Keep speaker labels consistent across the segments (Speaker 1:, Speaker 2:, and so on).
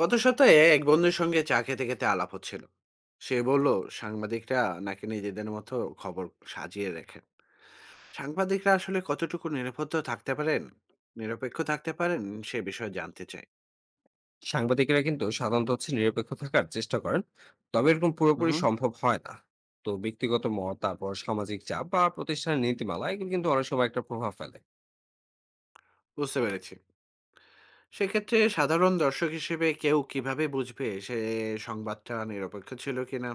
Speaker 1: গত সপ্তাহে এক বন্ধুর সঙ্গে চা খেতে খেতে আলাপ হচ্ছিল। সে বলল সাংবাদিকরা নাকি নিজেদের মতো খবর সাজিয়ে রাখেন। সাংবাদিকরা আসলে কতটুকু নিরপেক্ষ থাকতে পারেন নিরপেক্ষ থাকতে পারেন, সে বিষয়ে জানতে চাই।
Speaker 2: সাংবাদিকেরা কিন্তু সাধারণত হচ্ছে নিরপেক্ষ থাকার চেষ্টা করেন। তবে এরকম পুরোপুরি
Speaker 1: হুম।
Speaker 2: সম্ভব হয় না। তো ব্যক্তিগত মত, তারপর সামাজিক চাপ বা প্রতিষ্ঠানের নীতিমালা, এগুলো কিন্তু অনেক সময় একটা প্রভাব ফেলে।
Speaker 1: বুঝতে পেরেছি। সেক্ষেত্রে সাধারণ দর্শক হিসেবে কেউ কিভাবে বুঝবে সে সংবাদটা নিরপেক্ষ ছিল কিনা?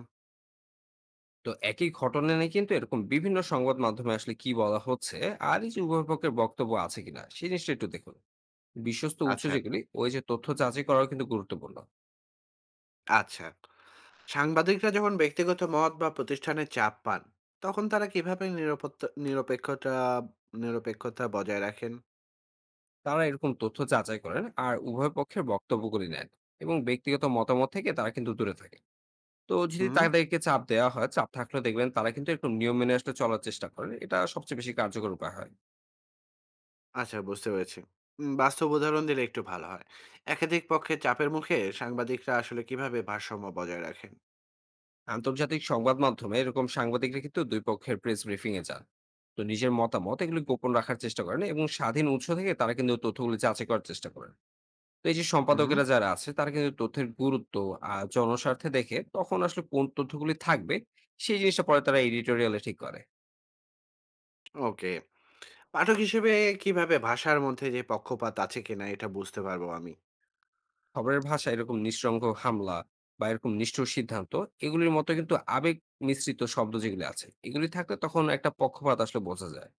Speaker 2: তো একই ঘটনা নিয়ে কিন্তু এরকম বিভিন্ন সংবাদ মাধ্যমে আসলে কি বলা হচ্ছে, আর এই যে উভয় পক্ষের বক্তব্য আছে কিনা, সেই জিনিসটা একটু দেখুন। বিশ্বস্ত উৎস
Speaker 1: আচ্ছা,
Speaker 2: যেগুলি, ওই যে তথ্য যাচাই করাও কিন্তু গুরুত্বপূর্ণ।
Speaker 1: আচ্ছা। সাংবাদিকরা যখন ব্যক্তিগত মত বা প্রতিষ্ঠানের চাপ পান, তখন তারা কিভাবে নিরাপত্তা নিরপেক্ষতা নিরপেক্ষতা বজায় রাখেন?
Speaker 2: তারা এরকম তথ্য যাচাই করেন আর উভয় পক্ষের বক্তব্যগুলি নেন, এবং ব্যক্তিগত মতামত থেকে তারা কিন্তু দূরে থাকে। তো যদি
Speaker 1: হুম।
Speaker 2: তাদেরকে চাপ দেওয়া হয়, চাপ থাকলে দেখবেন তারা কিন্তু একটু নিয়ম মেনে আসলে চলার চেষ্টা করেন। এটা সবচেয়ে বেশি কার্যকর উপায় হয়।
Speaker 1: আচ্ছা, বুঝতে পেরেছি। বাস্তব উদাহরণ দিলে একটু ভালো হয়। একাধিক পক্ষের চাপের মুখে সাংবাদিকরা আসলে কিভাবে ভারসাম্য বজায় রাখেন?
Speaker 2: আন্তর্জাতিক সংবাদ মাধ্যমে এরকম সাংবাদিকরা কিন্তু ২ পক্ষের প্রেস ব্রিফিং এ যান। তো নিজের মতামত এগুলি গোপন রাখার চেষ্টা করেন এবং স্বাধীন উৎস থেকে তারা কিন্তু তথ্যগুলি যাচাই করার চেষ্টা করেন। তো এই যে
Speaker 1: হুম।
Speaker 2: সম্পাদকেরা যারা আছে তারা কিন্তু তথ্যের গুরুত্ব আর জনস্বার্থে দেখে তখন আসলে কোন তথ্যগুলি থাকবে সেই জিনিসটা পরে তারা এডিটোরিয়াল এ ঠিক করে।
Speaker 1: ওকে। পাঠক হিসেবে কিভাবে ভাষার মধ্যে যে পক্ষপাত আছে কিনা এটা বুঝতে পারবো আমি?
Speaker 2: খবরের ভাষায় এরকম নিঃসঙ্গ হামলা বা এরকম নিষ্ঠুর সিদ্ধান্ত, এগুলির মতো কিন্তু আবেগ মিশ্রিত শব্দ যেগুলি আছে, এগুলি থাকলে তখন একটা পক্ষপাত আসলে বোঝা যায়।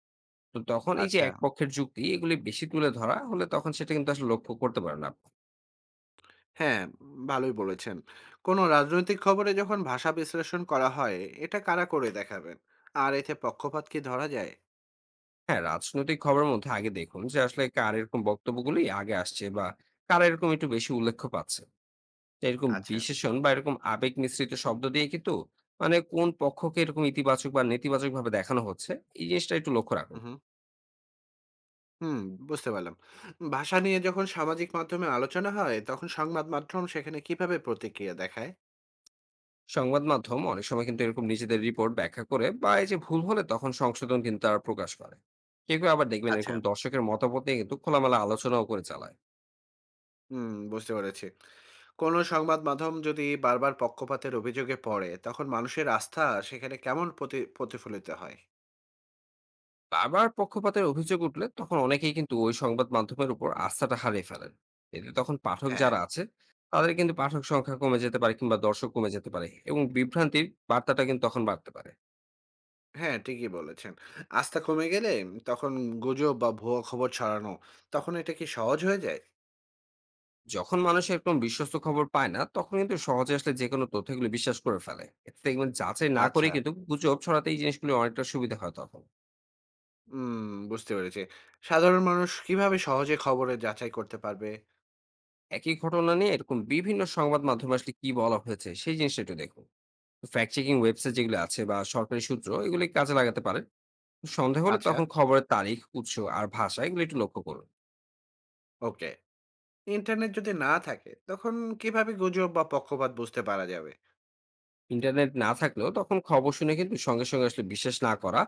Speaker 2: তো তখন এই যে
Speaker 1: আচ্ছা।
Speaker 2: এক পক্ষের যুক্তি এগুলি বেশি তুলে ধরা হলে তখন সেটা কিন্তু আসলে লক্ষ্য করতে পারেন আপনি।
Speaker 1: হ্যাঁ, ভালোই বলেছেন। কোনো রাজনৈতিক খবরে যখন ভাষা বিশ্লেষণ করা হয়, এটা কারা করে দেখাবেন? আর এতে পক্ষপাত কি ধরা যায়?
Speaker 2: হ্যাঁ, রাজনৈতিক খবরের মধ্যে আগে দেখুন যে আসলে কার এরকম বক্তব্যগুলি আগে আসছে, বা কারা এরকম একটু বেশি উল্লেখ্য পাচ্ছে। তো এরকম
Speaker 1: আচ্ছা।
Speaker 2: বিশেষণ বা এরকম আবেগ মিশ্রিত শব্দ দিয়ে কিন্তু, মানে কোন পক্ষকে এরকম ইতিবাচক বা নেতিবাচক ভাবে দেখানো হচ্ছে, এই জিনিসটা একটু লক্ষ্য রাখুন।
Speaker 1: হুম। হুম, বুঝতে পারলাম। ভাষা নিয়ে যখন সামাজিক মাধ্যমে আলোচনা হয়, তখন সংবাদ মাধ্যম সেখানে কিভাবে প্রতিক্রিয়া দেখায়?
Speaker 2: সংবাদ মাধ্যম অনেক সময় কিন্তু এরকম নিজেদের রিপোর্ট ব্যাখ্যা করে, বা এই যে ভুল হলে তখন সংশোধন কিন্তু তারা প্রকাশ করে। কেউ কেউ আবার দেখবেন
Speaker 1: আচ্ছা।
Speaker 2: এরকম দর্শকের মতামত নিয়ে কিন্তু খোলামেলা আলোচনাও করে চালায়।
Speaker 1: হুম, বুঝতে পেরেছি। কোনো সংবাদ মাধ্যম যদি বারবার পক্ষপাতের অভিযোগে পড়ে, তখন মানুষের আস্থা সেখানে কেমন প্রতিফলিত হয়?
Speaker 2: আবার পক্ষপাতের অভিযোগ উঠলে তখন অনেকেই কিন্তু ওই সংবাদ মাধ্যমের উপর আস্থাটা হারিয়ে ফেলেন। এতে তখন পাঠক
Speaker 1: হ্যাঁ।
Speaker 2: যারা আছে তাদের কিন্তু পাঠক সংখ্যা কমে যেতে পারে, কিংবা দর্শক কমে যেতে পারে, এবং বিভ্রান্তির বার্তাটা কিন্তু তখন বাড়তে পারে।
Speaker 1: হ্যাঁ, ঠিকই বলেছেন। আস্থা কমে গেলে তখন গুজব বা ভুয়া খবর ছড়ানো, তখন এটা কি সহজ হয়ে যায়?
Speaker 2: যখন মানুষ এরকম বিশ্বস্ত খবর পায় না, তখন কিন্তু সহজে আসলে যে কোনো তথ্যগুলো বিশ্বাস করে ফেলে। এতে দেখবেন যাচাই না করে
Speaker 1: আচ্ছা।
Speaker 2: কিন্তু গুজব ছড়াতে এই জিনিসগুলো অনেকটা সুবিধা হয় তখন।
Speaker 1: হুম, বুঝতে পেরেছি। সাধারণ মানুষ কিভাবে সহজে খবরের যাচাই করতে পারবে?
Speaker 2: একই ঘটনা নিয়ে এরকম বিভিন্ন সংবাদ মাধ্যমে আসলে কি বলা হয়েছে সেই জিনিসটা একটু দেখুন। ফ্যাক্ট চেকিং ওয়েবসাইট যেগুলো আছে বা সরকারি সূত্র এগুলি কাজে লাগাতে পারে। সন্দেহ হলে
Speaker 1: আচ্ছা।
Speaker 2: তখন খবরের তারিখ, উৎস আর ভাষা এগুলো একটু লক্ষ্য করুন।
Speaker 1: ওকে। ইন্টারনেট যদি না থাকে, তখন কিভাবে গুজব বা পক্ষপাত বুঝতে পারা যাবে?
Speaker 2: ইন্টারনেট না থাকলেও তখন খবর শুনে কিন্তু সঙ্গে সঙ্গে আসলে বিশ্বাস না করা,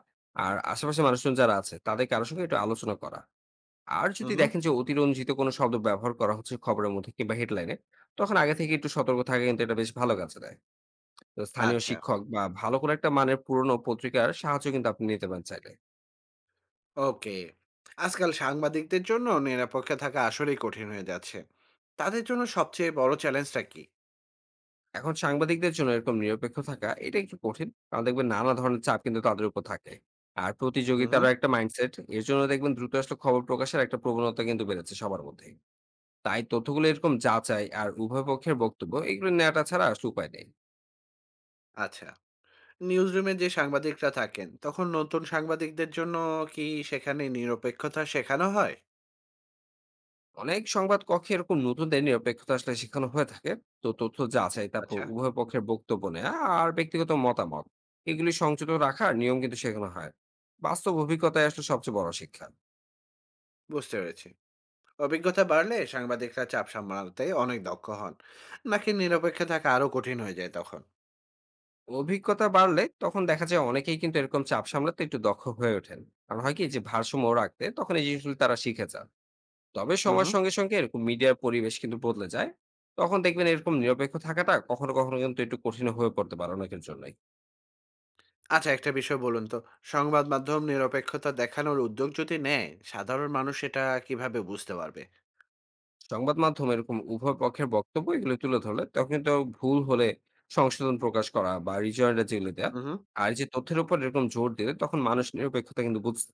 Speaker 2: আর আশেপাশে মানুষজন যারা আছে তাদের কারোর সঙ্গে একটু আলোচনা করা। আর
Speaker 1: হুম,
Speaker 2: যদি
Speaker 1: হুম।
Speaker 2: দেখেন যে অতিরঞ্জিত কোনো শব্দ ব্যবহার করা হচ্ছে খবরের মধ্যে কিংবা হেডলাইনে, তখন আগে থেকে একটু সতর্ক থাকা কিন্তু এটা বেশ ভালো কাজে দেয়। তো স্থানীয়
Speaker 1: আচ্ছা,
Speaker 2: শিক্ষক বা ভালো করে একটা মানের পুরনো পত্রিকার সাহায্য কিন্তু আপনি নিতে পারেন চাইলে।
Speaker 1: ওকে। আজকাল সাংবাদিকদের জন্য নিরপেক্ষ থাকা আসলেই কঠিন হয়ে যাচ্ছে। তাদের জন্য সবচেয়ে বড় চ্যালেঞ্জটা কি?
Speaker 2: এখন সাংবাদিকদের জন্য এরকম নিরপেক্ষ থাকা এটা একটু কঠিন, কারণ দেখবেন নানা ধরনের চাপ কিন্তু তাদের উপর থাকে। আর
Speaker 1: হুম, হুম।
Speaker 2: প্রতিযোগিতারও একটা মাইন্ডসেট এর জন্য দেখবেন দ্রুত আসলে খবর প্রকাশের একটা প্রবণতা কিন্তু বেড়েছে সবার মধ্যে। তাই তথ্যগুলো এরকম যাচাই আর উভয় পক্ষের বক্তব্য এগুলো নেওয়াটা ছাড়া আসলে উপায় নেই।
Speaker 1: আচ্ছা, নিউজরুমে যে সাংবাদিকরা থাকেন, তখন নতুন সাংবাদিকদের জন্য কি সেখানে নিরপেক্ষতা শেখানো হয়?
Speaker 2: অনেক সংবাদ কক্ষে এরকম নতুনদের নিরপেক্ষতা আসলে শেখানো হয়ে থাকে। তো তথ্য যাচাই, তারপর
Speaker 1: আচ্ছা,
Speaker 2: উভয় পক্ষের বক্তব্য নেওয়া, আর ব্যক্তিগত মতামত এগুলি সংযত রাখার নিয়ম কিন্তু শেখানো হয়। বাস্তব অভিজ্ঞতাই আসলে সবচেয়ে বড় শিক্ষা।
Speaker 1: বুঝতে পেরেছি। অভিজ্ঞতা বাড়লে সাংবাদিকরা চাপ সামলাতে অনেক দক্ষ হন। নাকি নিরপেক্ষ থাকা আরো কঠিন হয়ে যায় তখন?
Speaker 2: অভিজ্ঞতা বাড়লে তখন দেখা যায় অনেকেই কিন্তু এরকম চাপ সামলাতে একটু দক্ষ হয়ে ওঠেন, কারণ হয় কি যে ভারসাম্য রাখতে তখন এই জিনিসগুলো তারা শিখে যান। তবে
Speaker 1: হুম,
Speaker 2: সময়ের
Speaker 1: হুম।
Speaker 2: সঙ্গে সঙ্গে এরকম মিডিয়ার পরিবেশ কিন্তু বদলে যায়। তখন দেখবেন এরকম নিরপেক্ষ থাকাটা কখনো কখনো কিন্তু একটু কঠিন হয়ে পড়তে পারে অনেকের জন্য।
Speaker 1: আচ্ছা, একটা বিষয় বলুন তো, সংবাদ মাধ্যম নিরপেক্ষতা দেখানোর উদ্যোগ যদি নেয়, সাধারণ মানুষ এটা কিভাবে বুঝতে পারবে?
Speaker 2: সংবাদ মাধ্যম এরকম উভয় পক্ষের বক্তব্য এগুলো তুলে ধরলে তখন তো, ভুল হলে সংশোধন প্রকাশ করা বা রিজয়েন্টার যেগুলো দেয়া,
Speaker 1: উহু।
Speaker 2: আর এই যে তথ্যের উপর এরকম জোর দিলে তখন মানুষ নিরপেক্ষতা কিন্তু বুঝতে।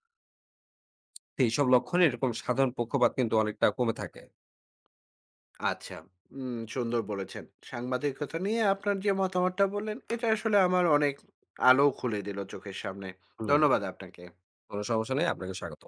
Speaker 2: এইসব লক্ষণে এরকম সাধারণ পক্ষপাত কিন্তু অনেকটা কমে থাকে।
Speaker 1: আচ্ছা। সুন্দর বলেছেন। সাংবাদিকতা নিয়ে আপনার যে মতামতটা বললেন, এটা আসলে আমার অনেক আলো খুলে দিল চোখের সামনে।
Speaker 2: হুম।
Speaker 1: ধন্যবাদ আপনাকে।
Speaker 2: কোনো সমস্যা নেই, আপনাকে স্বাগত।